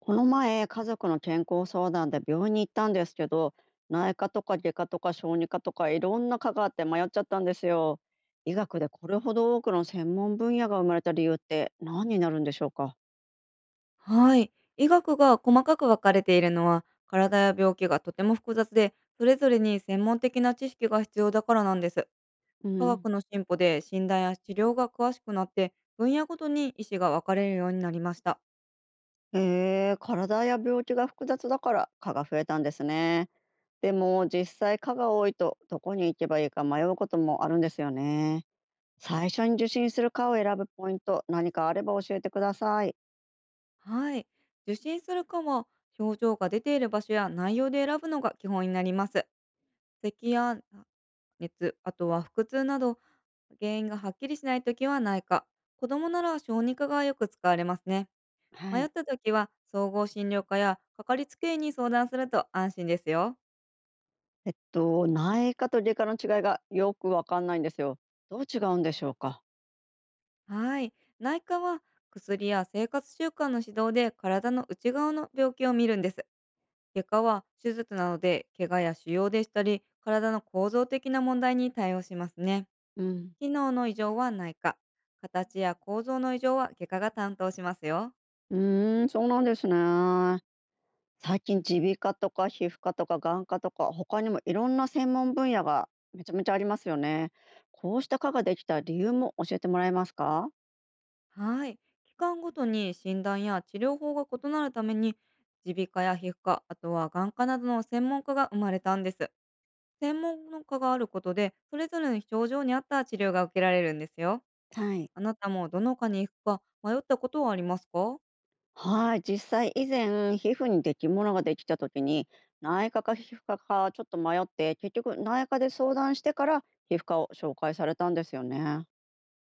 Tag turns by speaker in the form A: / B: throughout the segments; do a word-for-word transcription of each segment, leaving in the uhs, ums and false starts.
A: この前、家族の健康相談で病院に行ったんですけど、内科とか外科とか小児科とかいろんな科があって迷っちゃったんですよ。医学でこれほど多くの専門分野が生まれた理由って何になるんでしょうか。
B: はい。医学が細かく分かれているのは、体や病気がとても複雑で、それぞれに専門的な知識が必要だからなんです。
A: う
B: 科
A: ん、
B: 学の進歩で診断や治療が詳しくなって、分野ごとに医師が分かれるようになりました。
A: へえ、体や病気が複雑だから科が増えたんですね。でも実際科が多いとどこに行けばいいか迷うこともあるんですよね。最初に受診する科を選ぶポイント、何かあれば教えてください。
B: はい。受診する科は、症状が出ている場所や内容で選ぶのが基本になります。咳やあ熱、あとは腹痛など、原因がはっきりしないときはないか。子供なら小児科がよく使われますね。
A: は
B: 迷っ
A: い。
B: た時は総合診療科やかかりつけ医に相談すると安心ですよ。
A: えっと、内科と外科の違いがよくわかんないんですよ。どう違うんでしょうか？
B: はい。内科は薬や生活習慣の指導で体の内側の病気を見るんです。外科は手術なので怪我や腫瘍でしたり体の構造的な問題に対応しますね。
A: うん。
B: 機能の異常は内科。形や構造の異常は外科が担当しますよ。
A: うーん、そうなんですね。最近耳鼻科とか皮膚科とか眼科とか、他にもいろんな専門分野がめちゃめちゃありますよね。こうした科ができた理由も教えてもらえますか？
B: はい。期間ごとに診断や治療法が異なるために、耳鼻科や皮膚科、あとは眼科などの専門家が生まれたんです。専門家があることで、それぞれの症状に合った治療が受けられるんですよ。
A: はい。
B: あなたもどの科に行くか迷ったことはありますか？
A: はい、実際以前皮膚にできものができた時に内科か皮膚科かちょっと迷って結局内科で相談してから皮膚科を紹介されたんですよね。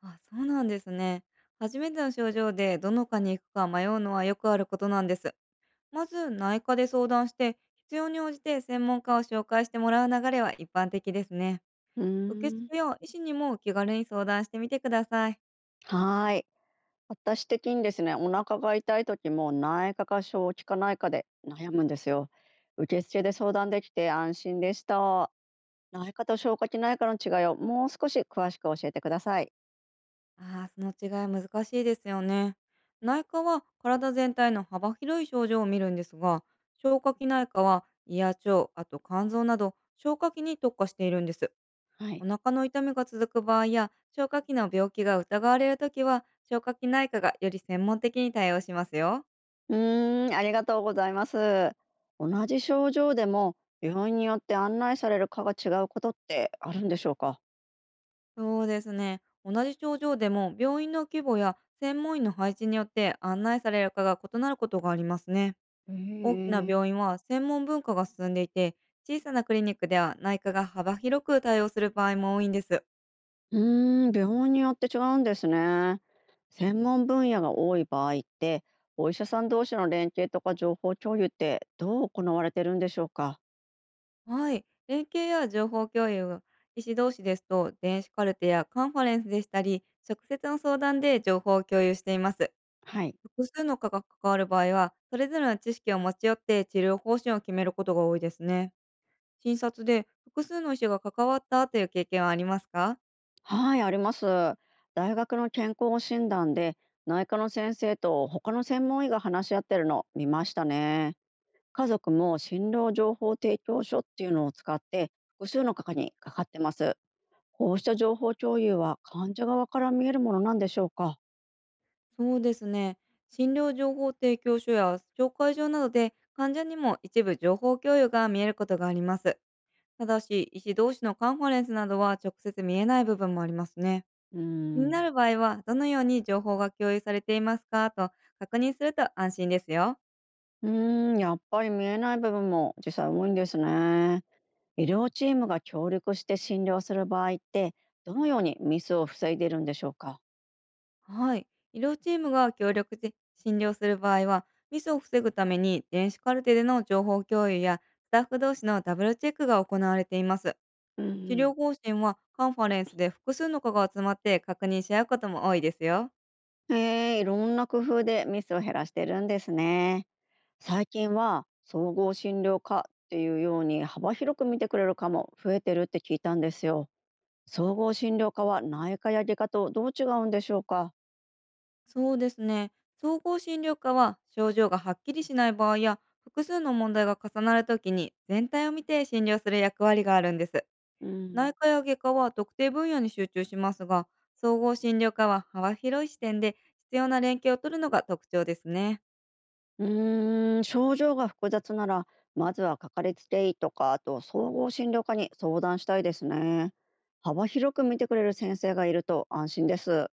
B: あ、そうなんですね。初めての症状でどの科に行くか迷うのはよくあることなんです。まず内科で相談して、必要に応じて専門家を紹介してもらう流れは一般的ですね。
A: うー
B: 受
A: ん。
B: 付や医師にも気軽に相談してみてください。
A: はーい。私的にですね、お腹が痛い時も内科か小児科内科で悩むんですよ。受付で相談できて安心でした。内科と消化器内科の違いをもう少し詳しく教えてください。
B: ああ、その違い難しいですよね。内科は体全体の幅広い症状を見るんですが、消化器内科は胃や腸、あと肝臓など消化器に特化しているんです。
A: は
B: お
A: い。
B: 腹の痛みが続く場合や消化器の病気が疑われるときは消化器内科がより専門的に対応しますよ。
A: うーん、ありがとうございます。同じ症状でも病院によって案内される科が違うことってあるんでしょうか。
B: そうですね。同じ症状でも病院の規模や専門医の配置によって案内されるかが異なることがありますね。大きな
A: え
B: 病
A: え。
B: 院は専門文化が進んでいて、小さなクリニックでは内科が幅広く対応する場合も多いんです。
A: うーん、病院によって違うんですね。専門分野が多い場合って、お医者さん同士の連携とか情報共有ってどう行われてるんでしょうか。
B: はい。連携や情報共有は医師同士ですと、電子カルテやカンファレンスでしたり、直接の相談で情報を共有しています。
A: はい。
B: 複数の科が関わる場合は、それぞれの知識を持ち寄って治療方針を決めることが多いですね。診察で複数の医師が関わったという経験はありますか？
A: はい、あります。大学の健康診断で内科の先生と他の専門医が話し合ってるの見ましたね。家族も診療情報提供書っていうのを使って複数の科にかかってます。こうした情報共有は患者側から見えるものなんでしょうか。
B: そうですね。診療情報提供書や紹介状などで患者にも一部情報共有が見えることがあります。ただし、医師同士のカンファレンスなどは直接見えない部分もありますね。
A: うー
B: 気にな
A: ん。
B: る場合は、どのように情報が共有されていますかと確認すると安心ですよ。
A: うーん、やっぱり見えない部分も実際多いんですね。医療チームが協力して診療する場合って、どのようにミスを防いでいるんでしょうか。
B: はい。医療チームが協力して診療する場合は、ミスを防ぐために電子カルテでの情報共有やスタッフ同士のダブルチェックが行われています。
A: う
B: 治療
A: ん、
B: 方針はカンファレンスで複数の科が集まって確認し合うことも多いですよ。
A: うん、へえ、いろんな工夫でミスを減らしてるんですね。最近は総合診療科っていうように幅広く見てくれる科も増えてるって聞いたんですよ。総合診療科は内科や外科とどう違うんでしょうか。
B: そうですね。総合診療科は症状がはっきりしない場合や複数の問題が重なるときに全体を見て診療する役割があるんです。
A: う
B: 内
A: ん。
B: 科や外科は特定分野に集中しますが、総合診療科は幅広い視点で必要な連携を取るのが特徴ですね。
A: うーん、症状が複雑なら、まずはかかりつけ医とか、あと総合診療科に相談したいですね。幅広く見てくれる先生がいると安心です。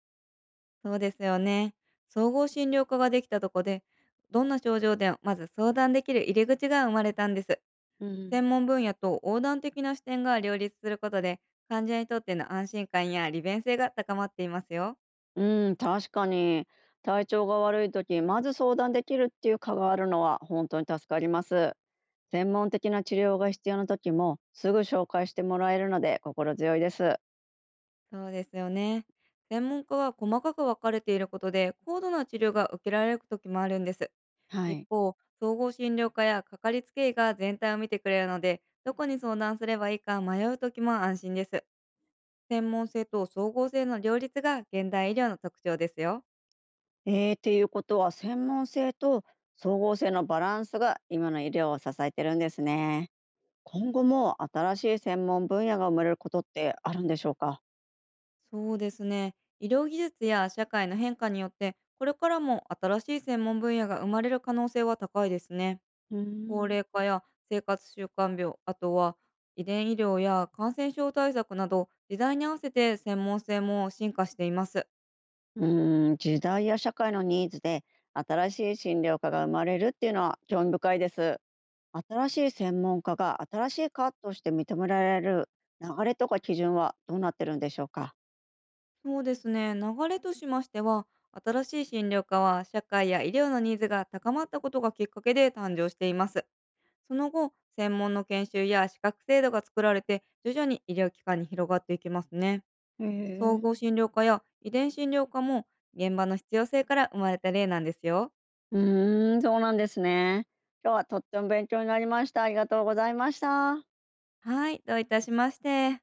B: そうですよね。総合診療科ができたとこで、どんな症状でもまず相談できる入り口が生まれたんです。
A: うん、
B: 専門分野と横断的な視点が両立することで患者にとっての安心感や利便性が高まっていますよ。
A: うん、確かに体調が悪い時、まず相談できるっていう科があるのは本当に助かります。専門的な治療が必要な時もすぐ紹介してもらえるので心強いです。
B: そうですよね。専門家は細かく分かれていることで高度な治療が受けられる時もあるんです。
A: は
B: 一
A: い。
B: 方、総合診療科やかかりつけ医が全体を見てくれるので、どこに相談すればいいか迷う時も安心です。専門性と総合性の両立が現代医療の特徴ですよ。
A: えー、っていうことは専門性と総合性のバランスが今の医療を支えてるんですね。今後も新しい専門分野が生まれることってあるんでしょうか。
B: そうですね。医療技術や社会の変化によって、これからも新しい専門分野が生まれる可能性は高いですね。
A: うー
B: 高
A: ん。
B: 齢化や生活習慣病、あとは遺伝医療や感染症対策など、時代に合わせて専門性も進化しています。
A: うーん、時代や社会のニーズで新しい診療科が生まれるっていうのは興味深いです。新しい専門家が新しい科として認められる流れとか基準はどうなってるんでしょうか。
B: そうですね。流れとしましては、新しい診療科は社会や医療のニーズが高まったことがきっかけで誕生しています。その後、専門の研修や資格制度が作られて、徐々に医療機関に広がっていきますね。
A: へ
B: 総
A: え。
B: 合診療科や遺伝診療科も現場の必要性から生まれた例なんですよ。
A: うーん、そうなんですね。今日はとっても勉強になりました。ありがとうございました。
B: はい、どういたしまして。